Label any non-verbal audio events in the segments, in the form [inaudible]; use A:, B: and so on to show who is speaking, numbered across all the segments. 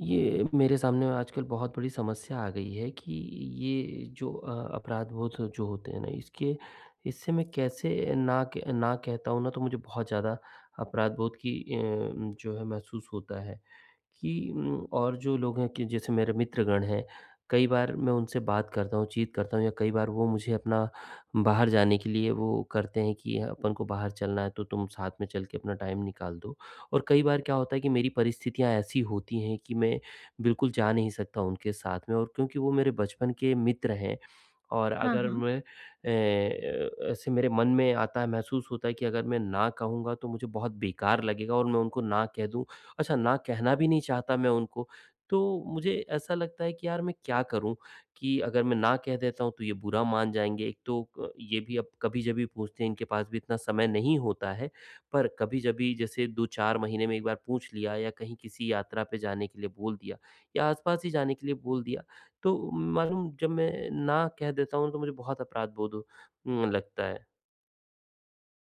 A: ये मेरे सामने आजकल बहुत बड़ी समस्या आ गई है कि ये जो अपराधबोध जो होते हैं ना इसके इससे मैं कैसे ना कहता हूँ ना तो मुझे बहुत ज़्यादा अपराधबोध की जो है महसूस होता है कि और जो लोग हैं कि जैसे मेरे मित्रगण हैं। कई बार मैं उनसे बात करता हूँ, चीत करता हूँ या कई बार वो मुझे अपना बाहर जाने के लिए वो करते हैं कि अपन को बाहर चलना है तो तुम साथ में चल के अपना टाइम निकाल दो। और कई बार क्या होता है कि मेरी परिस्थितियाँ ऐसी होती हैं कि मैं बिल्कुल जा नहीं सकता उनके साथ में। और क्योंकि वो मेरे बचपन के मित्र हैं और
B: हाँ,
A: अगर
B: हाँ।
A: मैं ऐसे मेरे मन में आता है, महसूस होता है कि अगर मैं ना कहूँगा तो मुझे बहुत बेकार लगेगा और मैं उनको ना कह दूँ। अच्छा, ना कहना भी नहीं चाहता मैं उनको, तो मुझे ऐसा लगता है कि यार मैं क्या करूँ कि अगर मैं ना कह देता हूँ तो ये बुरा मान जाएँगे। एक तो क ये भी अब कभी-जभी पूछते हैं, इनके पास भी इतना समय नहीं होता है, पर कभी-जभी जैसे 2-4 महीने में 1 बार पूछ लिया या कहीं किसी यात्रा पे जाने के लिए बोल दिया या आस-पास ही जाने के लिए बोल दिया, तो मालूम जब मैं ना कह देता हूँ तो मुझे बहुत अपराध बोध लगता है।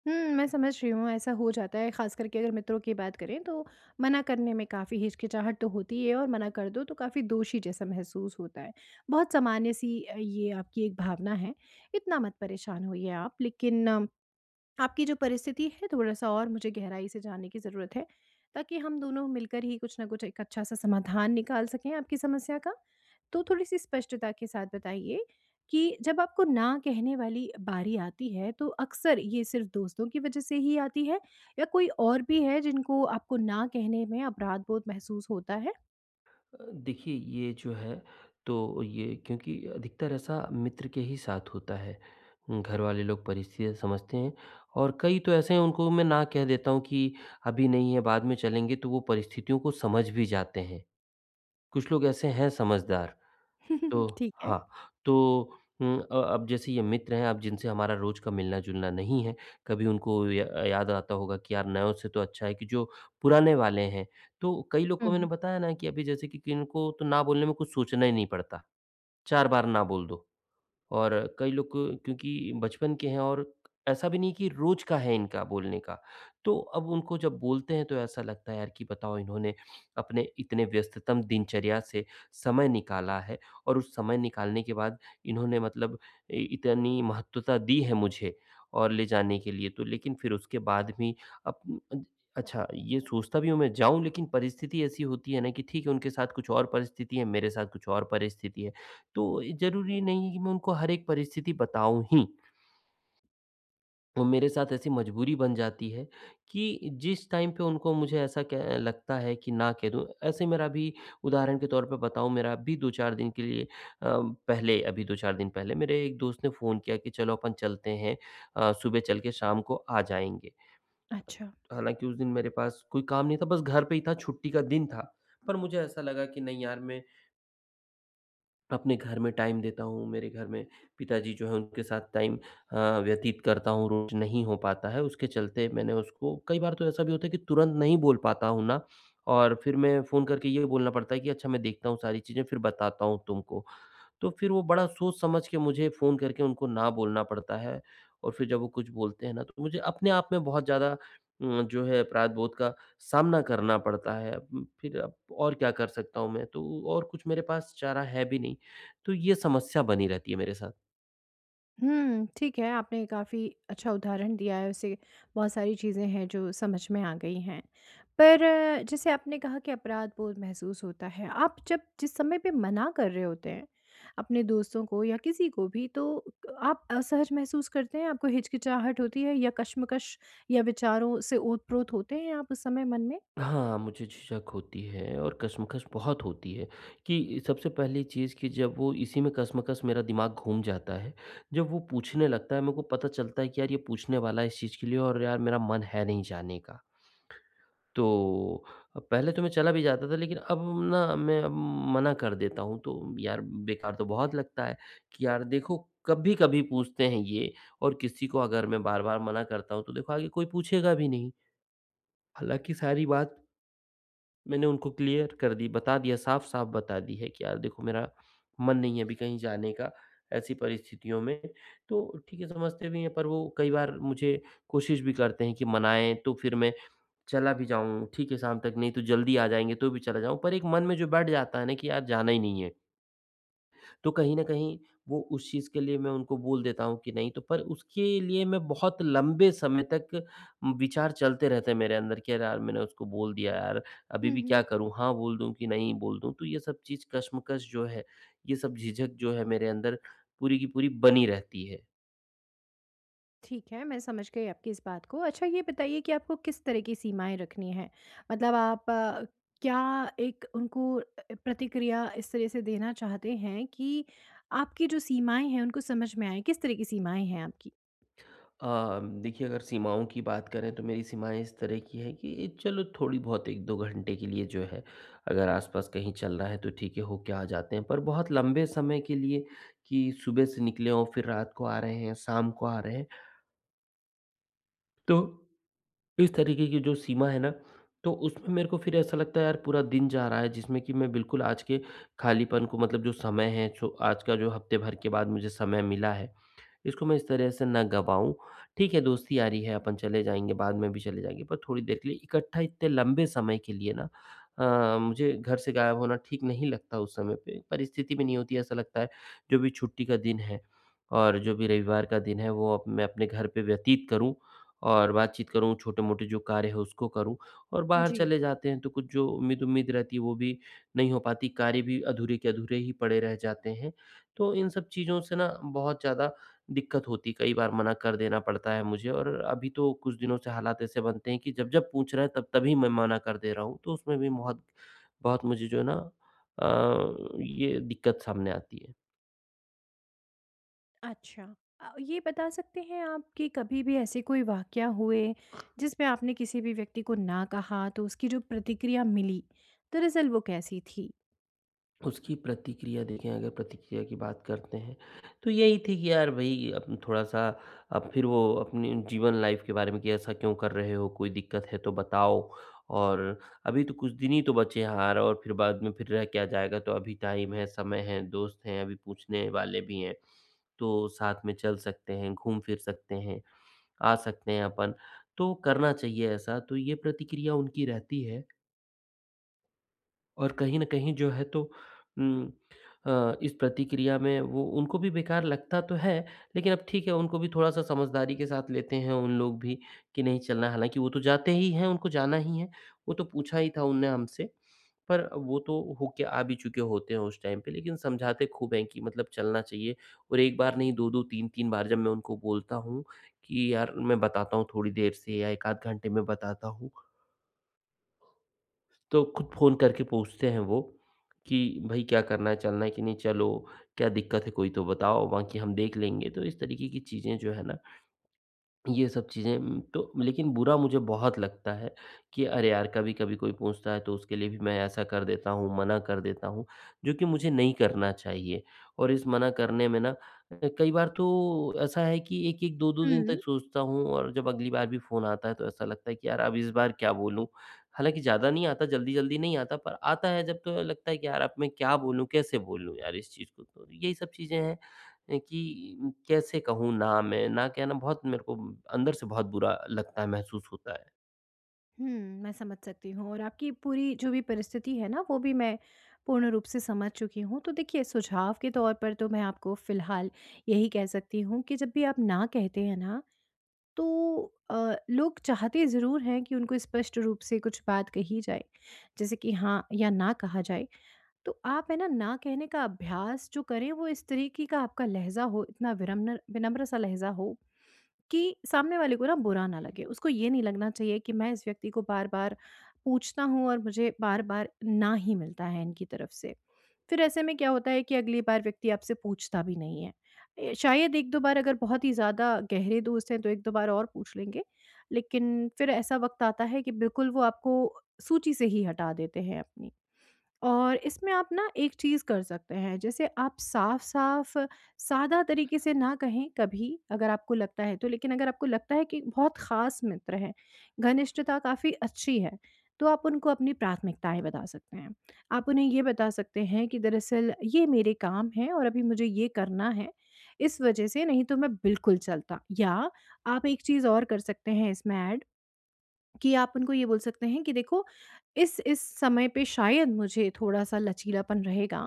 B: मैं समझ रही हूँ, ऐसा हो जाता है, ख़ास करके अगर मित्रों की बात करें, तो मना करने में काफ़ी हिचकिचाहट तो होती है और मना कर दो, तो काफ़ी दोषी जैसा महसूस होता है। बहुत सामान्य-सी ये आपकी एक भावना है, इतना मत परेशान होइए आप। लेकिन आपकी जो परिस्थिति है थोड़ा-सा और मुझे गहराई से जानने की ज़रूरत है, ताकि हम दोनों मिलकर ही कुछ न कुछ एक अच्छा-सा समाधान निकाल सकें आपकी समस्या का। तो थोड़ी-सी स्पष्टता के साथ बताइए कि जब आपको ना कहने वाली बारी आती है, तो अक्सर ये सिर्फ़ दोस्तों की वजह से ही आती है या कोई और भी है जिनको आपको ना कहने में अपराध बोध महसूस होता है?
A: देखिए, ये जो है तो ये क्योंकि अधिकतर ऐसा मित्र के ही साथ होता है। घर वाले लोग परिस्थितियाँ समझते हैं और कई तो ऐसे हैं उनको मैं ना कह देता हूँ कि अभी नहीं है, बाद में चलेंगे, तो वो परिस्थितियों को समझ भी जाते हैं। कुछ लोग ऐसे हैं समझदार। तो
B: [laughs] ठीक है।
A: हाँ, तो अब जैसे ये मित्र हैं, अब जिनसे हमारा रोज़ का मिलना-जुलना नहीं है, कभी उनको य याद आता होगा कि यार नयों से तो अच्छा है कि जो पुराने वाले हैं। तो कई लोग को
B: हुँ।
A: मैंने बताया ना कि अभी जैसे कि किनको तो ना बोलने में कुछ सोचना ही नहीं पड़ता, 4 बार ना बोल दो। और क्योंकि बचपन के हैं और ऐसा भी नहीं कि रोज का है इनका बोलने का। तो अब उनको जब बोलते हैं तो ऐसा लगता है यार कि बताओ इन्होंने अपने इतने व्यस्ततम दिनचर्या से समय निकाला है और उस समय निकालने के बाद इन्होंने मतलब इ इतनी महत्वता दी है मुझे और ले जाने के लिए। तो लेकिन फिर उसके बाद भी अप अ, अच्छा ये सोचता भी हूँ मैं जाऊँ, लेकिन परिस्थिति ऐसी होती है ना कि ठीक है उनके साथ कुछ और परिस्थिति है, मेरे साथ कुछ और परिस्थिति है। तो ज़रूरी नहीं है कि मैं उनको हर एक परिस्थिति बताऊँ ही। वो मेरे साथ ऐसी मजबूरी बन जाती है कि जिस टाइम पे उनको मुझे ऐसा क लगता है कि ना कह दूँ। ऐसे मेरा अभी उदाहरण के तौर पे बताऊँ, मेरा अभी 2-4 दिन के लिए अ, पहले अभी 2-4 दिन पहले मेरे एक दोस्त ने फ़ोन किया कि चलो अपन चलते हैं, सुबह चल के शाम को आ जाएँगे।
B: अच्छा।
A: हालाँकि उस दिन मेरे पास कोई काम नहीं था, बस घर पे ही था, छुट्टी का दिन था। पर मुझे ऐसा लगा कि नहीं यार, मैं अपने घर में टाइम देता हूँ, मेरे घर में पिताजी जो हैं उनके साथ टाइम व्यतीत करता हूँ, रोज़ नहीं हो पाता है, उसके चलते मैंने उसको कई बार। तो ऐसा भी होता है कि तुरंत नहीं बोल पाता हूँ ना और फिर मैं फ़ोन करके ये बोलना पड़ता है कि अच्छा मैं देखता हूँ सारी चीज़ें फिर बताता हूँ तुमको। तो फिर वो बड़ा सोच-समझ के मुझे फ़ोन करके उनको ना बोलना पड़ता है। और फिर जब वो कुछ बोलते हैं ना, तो मुझे अपने आप में बहुत ज़्यादा जो है अपराध-बोध का सामना करना पड़ता है। फिर अब और क्या कर सकता हूँ मैं? तो और कुछ मेरे पास चारा है भी नहीं। तो ये समस्या बनी रहती है मेरे साथ।
B: ठीक है, आपने काफ़ी अच्छा उदाहरण दिया है, उससे बहुत सारी चीज़ें हैं जो समझ में आ गई हैं। पर जैसे आपने कहा कि अपराध-बोध महसूस होता है, आप जब जिस समय पे मना कर रहे होते हैं, अपने दोस्तों को या किसी को भी, तो आप असहज महसूस करते हैं? आपको हिचकिचाहट होती है या कश्मकश या विचारों से ओत-प्रोत होते हैं आप उस समय मन में?
A: हाँ, मुझे झिझक होती है और कशमकश बहुत होती है कि सबसे पहली चीज़ कि जब वो इसी में कशमकश मेरा दिमाग घूम जाता है। जब वो पूछने लगता है, मेरे को पता चलता है कि यार ये पूछने वाला है इस चीज़ के लिए और यार मेरा मन है नहीं जाने का। तो पहले तो मैं चला भी जाता था, लेकिन अब ना मैं अब मना कर देता हूँ तो यार बेकार तो बहुत लगता है कि यार देखो, कभी-कभी पूछते हैं ये और किसी को अगर मैं बार-बार मना करता हूँ तो देखो आगे कोई पूछेगा भी नहीं। हालाँकि सारी बात मैंने उनको क्लियर कर दी, बता दिया, साफ-साफ बता दी है कि यार देखो, मेरा मन नहीं है अभी कहीं जाने का, ऐसी परिस्थितियों में। तो ठीक है समझते भी हैं, पर वो कई बार मुझे कोशिश भी करते हैं कि मनाएँ तो फिर मैं चला भी जाऊँ, ठीक है शाम तक नहीं तो जल्दी आ जाएँगे तो भी चला जाऊँ। पर एक मन में जो बैठ जाता है ना कि यार जाना ही नहीं है। तो कहीं न कहीं वो उस चीज़ के लिए मैं उनको बोल देता हूँ कि नहीं, तो पर उसके लिए मैं बहुत लंबे समय तक विचार चलते रहते हैं मेरे अंदर कि अरे यार, मैंने उसको बोल दिया यार, अभी
B: हुँ,
A: भी
B: हुँ।
A: क्या करूँ? हाँ बोल दूँ कि नहीं बोल दूँ? तो ये सब चीज़ कश्मकश जो है, ये सब झिझक जो है मेरे अंदर पूरी की पूरी बनी रहती है।
B: ठीक है, मैं समझ गई आपकी इस बात को। अच्छा ये बताइए कि आपको किस तरह की सीमाएँ रखनी हैं? मतलब आप क्या एक उनको प्रतिक्रिया इस तरह से देना चाहते हैं कि आपकी जो सीमाएँ हैं उनको समझ में आएँ? किस तरह की सीमाएँ हैं आपकी?
A: देखिए, अगर सीमाओं की बात करें तो मेरी सीमाएँ इस तरह की हैं कि ये चलो थोड़ी बहुत 1-2 घंटे के लिए जो है, अगर आस-पास कहीं चल रहा है तो ठीक है होके आ जाते हैं। पर बहुत लंबे समय के लिए कि सुबह से निकले और फिर रात को आ रहे हैं, शाम को आ रहे हैं, तो इस तरीके की जो सीमा है ना तो उसमें मेरे को फिर ऐसा लगता है यार पूरा दिन जा रहा है जिसमें कि मैं बिल्कुल आज के खालीपन को, मतलब जो समय है जो आज का जो हफ्ते भर के बाद मुझे समय मिला है, इसको मैं इस तरह से ना गँवाऊँ। ठीक है, दोस्ती यारी है अपन चले जाएँगे, बाद में भी चले जाएँगे, पर थोड़ी देर के लिए, इकट्ठा इतने लंबे समय के लिए ना मुझे घर से गायब होना ठीक नहीं लगता उस समय पे। परिस्थिति में नहीं होती, ऐसा लगता है, जो भी छुट्टी का दिन है और जो भी रविवार का दिन है वो अब मैं अपने घर पे व्यतीत करूँ और बातचीत करूँ, छोटे-मोटे जो कार्य है उसको करूँ, और बाहर
B: जी।
A: चले जाते हैं तो कुछ जो उम्मीद-उम्मीद रहती है वो भी नहीं हो पाती, कार्य भी अधूरे के अधूरे ही पड़े रह जाते हैं। तो इन सब चीज़ों से ना बहुत ज़्यादा दिक्कत होती, कई बार मना कर देना पड़ता है मुझे। और अभी तो कुछ दिनों से हालात ऐसे बनते हैं कि जब-जब पूछ रहे हैं तब तभी मैं मना कर दे रहा हूँ, तो उसमें भी बहुत बहुत मुझे जो है ना ये दिक्कत सामने आती है।
B: अच्छा। ये बता सकते हैं आप कि कभी भी ऐसे कोई वाक़या हुए, जिसमें आपने किसी भी व्यक्ति को ना कहा, तो उसकी जो प्रतिक्रिया मिली, दरअसल वो कैसी थी?
A: उसकी प्रतिक्रिया देखें, अगर प्रतिक्रिया की बात करते हैं, तो यही थी कि यार भई अब थोड़ा-सा अब फिर वो अपनी जीवन लाइफ़ के बारे में कि ऐसा क्यों कर रहे हो? कोई दिक्कत है तो बताओ और अभी तो कुछ दिन ही तो बचे हैं यार और फिर बाद में फिर रह क्या जाएगा? तो अभी टाइम है, समय है, दोस्त हैं, अभी पूछने वाले भी हैं, तो साथ में चल सकते हैं, घूम-फिर सकते हैं, आ सकते हैं अपन। तो करना चाहिए ऐसा, तो ये प्रतिक्रिया उनकी रहती है। और कहीं न कहीं जो है तो उम, इस प्रतिक्रिया में वो उनको भी बेकार लगता तो है, लेकिन अब ठीक है उनको भी थोड़ा-सा समझदारी के साथ लेते हैं उन लोग भी कि नहीं चलना है। हालाँकि वो तो जाते ही हैं, उनको जाना ही है, वो तो पूछा ही था उनने हमसे, पर वो तो होके आ भी चुके होते हैं उस टाइम पे, लेकिन समझाते खूब हैं कि मतलब चलना चाहिए। और एक बार नहीं 2-2 3-3 बार जब मैं उनको बोलता हूँ कि यार मैं बताता हूँ थोड़ी देर से या 1 आध घंटे में बताता हूँ, तो खुद फ़ोन करके पूछते हैं वो कि भई क्या करना है, चलना है कि नहीं? चलो, क्या दिक्कत है कोई तो बताओ, बाकी हम देख लेंगे। तो इस तरीके की चीज़ें जो है ना, ये सब चीज़ें तो लेकिन बुरा मुझे बहुत लगता है कि अरे यार! कभी-कभी कोई पूछता है तो उसके लिए भी मैं ऐसा कर देता हूँ, मना कर देता हूँ, जो कि मुझे नहीं करना चाहिए। और इस मना करने में ना कई बार तो ऐसा है कि 1-1, 2-2 दिन
B: हुँ।
A: तक सोचता हूँ और जब अगली बार भी फ़ोन आता है तो ऐसा लगता है कि यार अब इस बार क्या बोलूँ? हालाँकि ज़्यादा नहीं आता, जल्दी-जल्दी नहीं आता पर आता है, जब तो लगता है कि यार अब मैं क्या बोलूँ? कैसे बोलूँ यार इस चीज़ को? तो यही सब चीज़ें हैं कि कैसे कहूँ ना मैं, ना कहना बहुत मेरे को अंदर से बहुत बुरा लगता है, महसूस होता है।
B: हुँ, मैं समझ सकती हूँ और आपकी पूरी जो भी परिस्थिति है ना, वो भी मैं पूर्ण रूप से समझ चुकी हूँ। तो देखिए, सुझाव के तौर पर तो मैं आपको फ़िलहाल यही कह सकती हूँ कि जब भी आप ना कहते हैं ना, तो लोग चाहते ज़रूर हैं कि उनको स्पष्ट रूप से कुछ बात कही जाए, जैसे कि हाँ या ना कहा जाए। तो आप है ना, ना कहने का अभ्यास जो करें, वो इस तरीके का आपका लहज़ा हो, इतना विनम्र विनम्र सा लहज़ा हो कि सामने वाले को ना बुरा ना लगे। उसको ये नहीं लगना चाहिए कि मैं इस व्यक्ति को बार-बार पूछता हूँ और मुझे बार-बार ना ही मिलता है इनकी तरफ से। फिर ऐसे में क्या होता है कि अगली बार व्यक्ति आपसे पूछता भी नहीं है। शायद 1-2 बार अगर बहुत ही ज़्यादा गहरे दोस्त हैं तो 1-2 बार और पूछ लेंगे। लेकिन फिर ऐसा वक़्त आता है कि बिल्कुल वो आपको सूची से ही हटा देते हैं अपनी। और इसमें आप ना एक चीज़ कर सकते हैं, जैसे आप साफ-साफ सादा तरीके से ना कहें कभी, अगर आपको लगता है तो, लेकिन अगर आपको लगता है कि बहुत ख़ास मित्र हैं, घनिष्ठता काफ़ी अच्छी है, तो आप उनको अपनी प्राथमिकताएँ बता सकते हैं। आप उन्हें ये बता सकते हैं कि दरअसल ये मेरे काम हैं और अभी मुझे ये करना है, इस वजह से नहीं तो मैं बिल्कुल चलता या आप एक चीज़ और कर सकते हैं इसमें ऐड कि आप उनको ये बोल सकते हैं कि देखो इस समय पे शायद मुझे थोड़ा-सा लचीलापन रहेगा,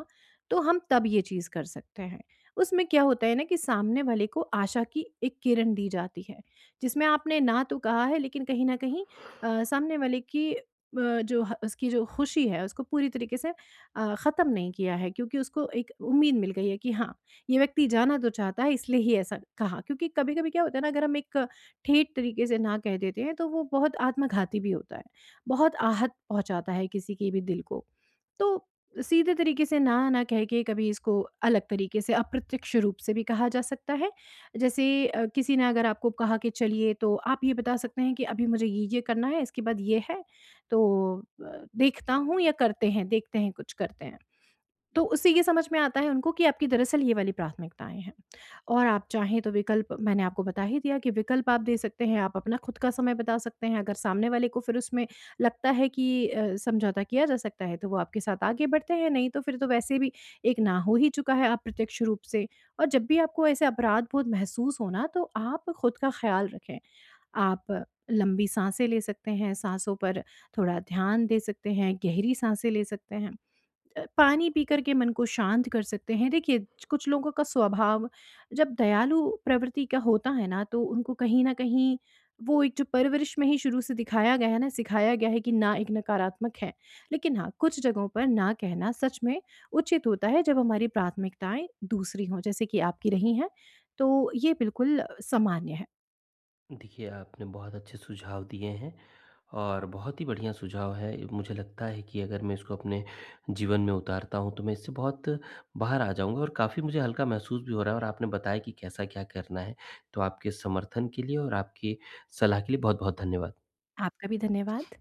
B: तो हम तब ये चीज़ कर सकते हैं। उसमें क्या होता है ना कि सामने वाले को आशा की एक किरण दी जाती है, जिसमें आपने ना तो कहा है लेकिन कहीं न कहीं सामने वाले की जो ह उसकी जो खुशी है उसको पूरी तरीके से ख़त्म नहीं किया है क्योंकि उसको एक उम्मीद मिल गई है कि हाँ, ये व्यक्ति जाना तो चाहता है इसलिए ही ऐसा कहा। क्योंकि कभी-कभी क्या होता है ना अगर हम एक ठेठ तरीके से ना कह देते हैं तो वो बहुत आत्मघाती भी होता है, बहुत आहत पहुँचाता है किसी के भी दिल को। तो सीधे तरीके से ना ना कह के कभी इसको अलग तरीके से अप्रत्यक्ष रूप से भी कहा जा सकता है। जैसे किसी ने अगर आपको कहा कि चलिए तो आप ये बता सकते हैं कि अभी मुझे ये करना है इसके बाद ये है, तो देखता हूँ या करते हैं, देखते हैं कुछ करते हैं। तो उससे ये समझ में आता है उनको कि आपकी दरअसल ये वाली प्राथमिकताएँ हैं। और आप चाहें तो विकल्प मैंने आपको बता ही दिया कि विकल्प आप दे सकते हैं, आप अपना खुद का समय बता सकते हैं। अगर सामने वाले को फिर उसमें लगता है कि समझौता किया जा सकता है, तो वो आपके साथ आगे बढ़ते हैं, नहीं तो फिर तो वैसे भी एक ना हो ही चुका है अप्रत्यक्ष रूप से। और जब भी आपको ऐसे अपराधबोध महसूस हो ना, तो आप खुद का ख़्याल रखें। आप लंबी साँसें ले सकते हैं, साँसों पर थोड़ा ध्यान दे सकते हैं, गहरी साँसें ले सकते हैं। पानी पी कर के मन को शांत कर सकते हैं। देखिए, कुछ लोगों का स्वभाव जब दयालु प्रवृत्ति का होता है ना, तो उनको कहीं न कहीं वो एक जो परवरिश में ही शुरू से दिखाया गया है ना, सिखाया गया है कि ना एक नकारात्मक है। लेकिन हाँ, कुछ जगहों पर ना कहना सच में उचित होता है जब हमारी प्राथमिकताएँ दूसरी हों, जैसे कि आपकी रही हैं। तो ये बिल्कुल सामान्य है।
A: देखिए, आपने बहुत अच्छे सुझाव दिए हैं और बहुत ही बढ़िया सुझाव है। मुझे लगता है कि अगर मैं इसको अपने जीवन में उतारता हूँ, तो मैं इससे बहुत बाहर आ जाऊँगा और काफ़ी मुझे हल्का महसूस भी हो रहा है और आपने बताया कि कैसा क्या करना है। तो आपके समर्थन के लिए और आपकी सलाह के लिए बहुत-बहुत धन्यवाद।
B: आपका भी धन्यवाद।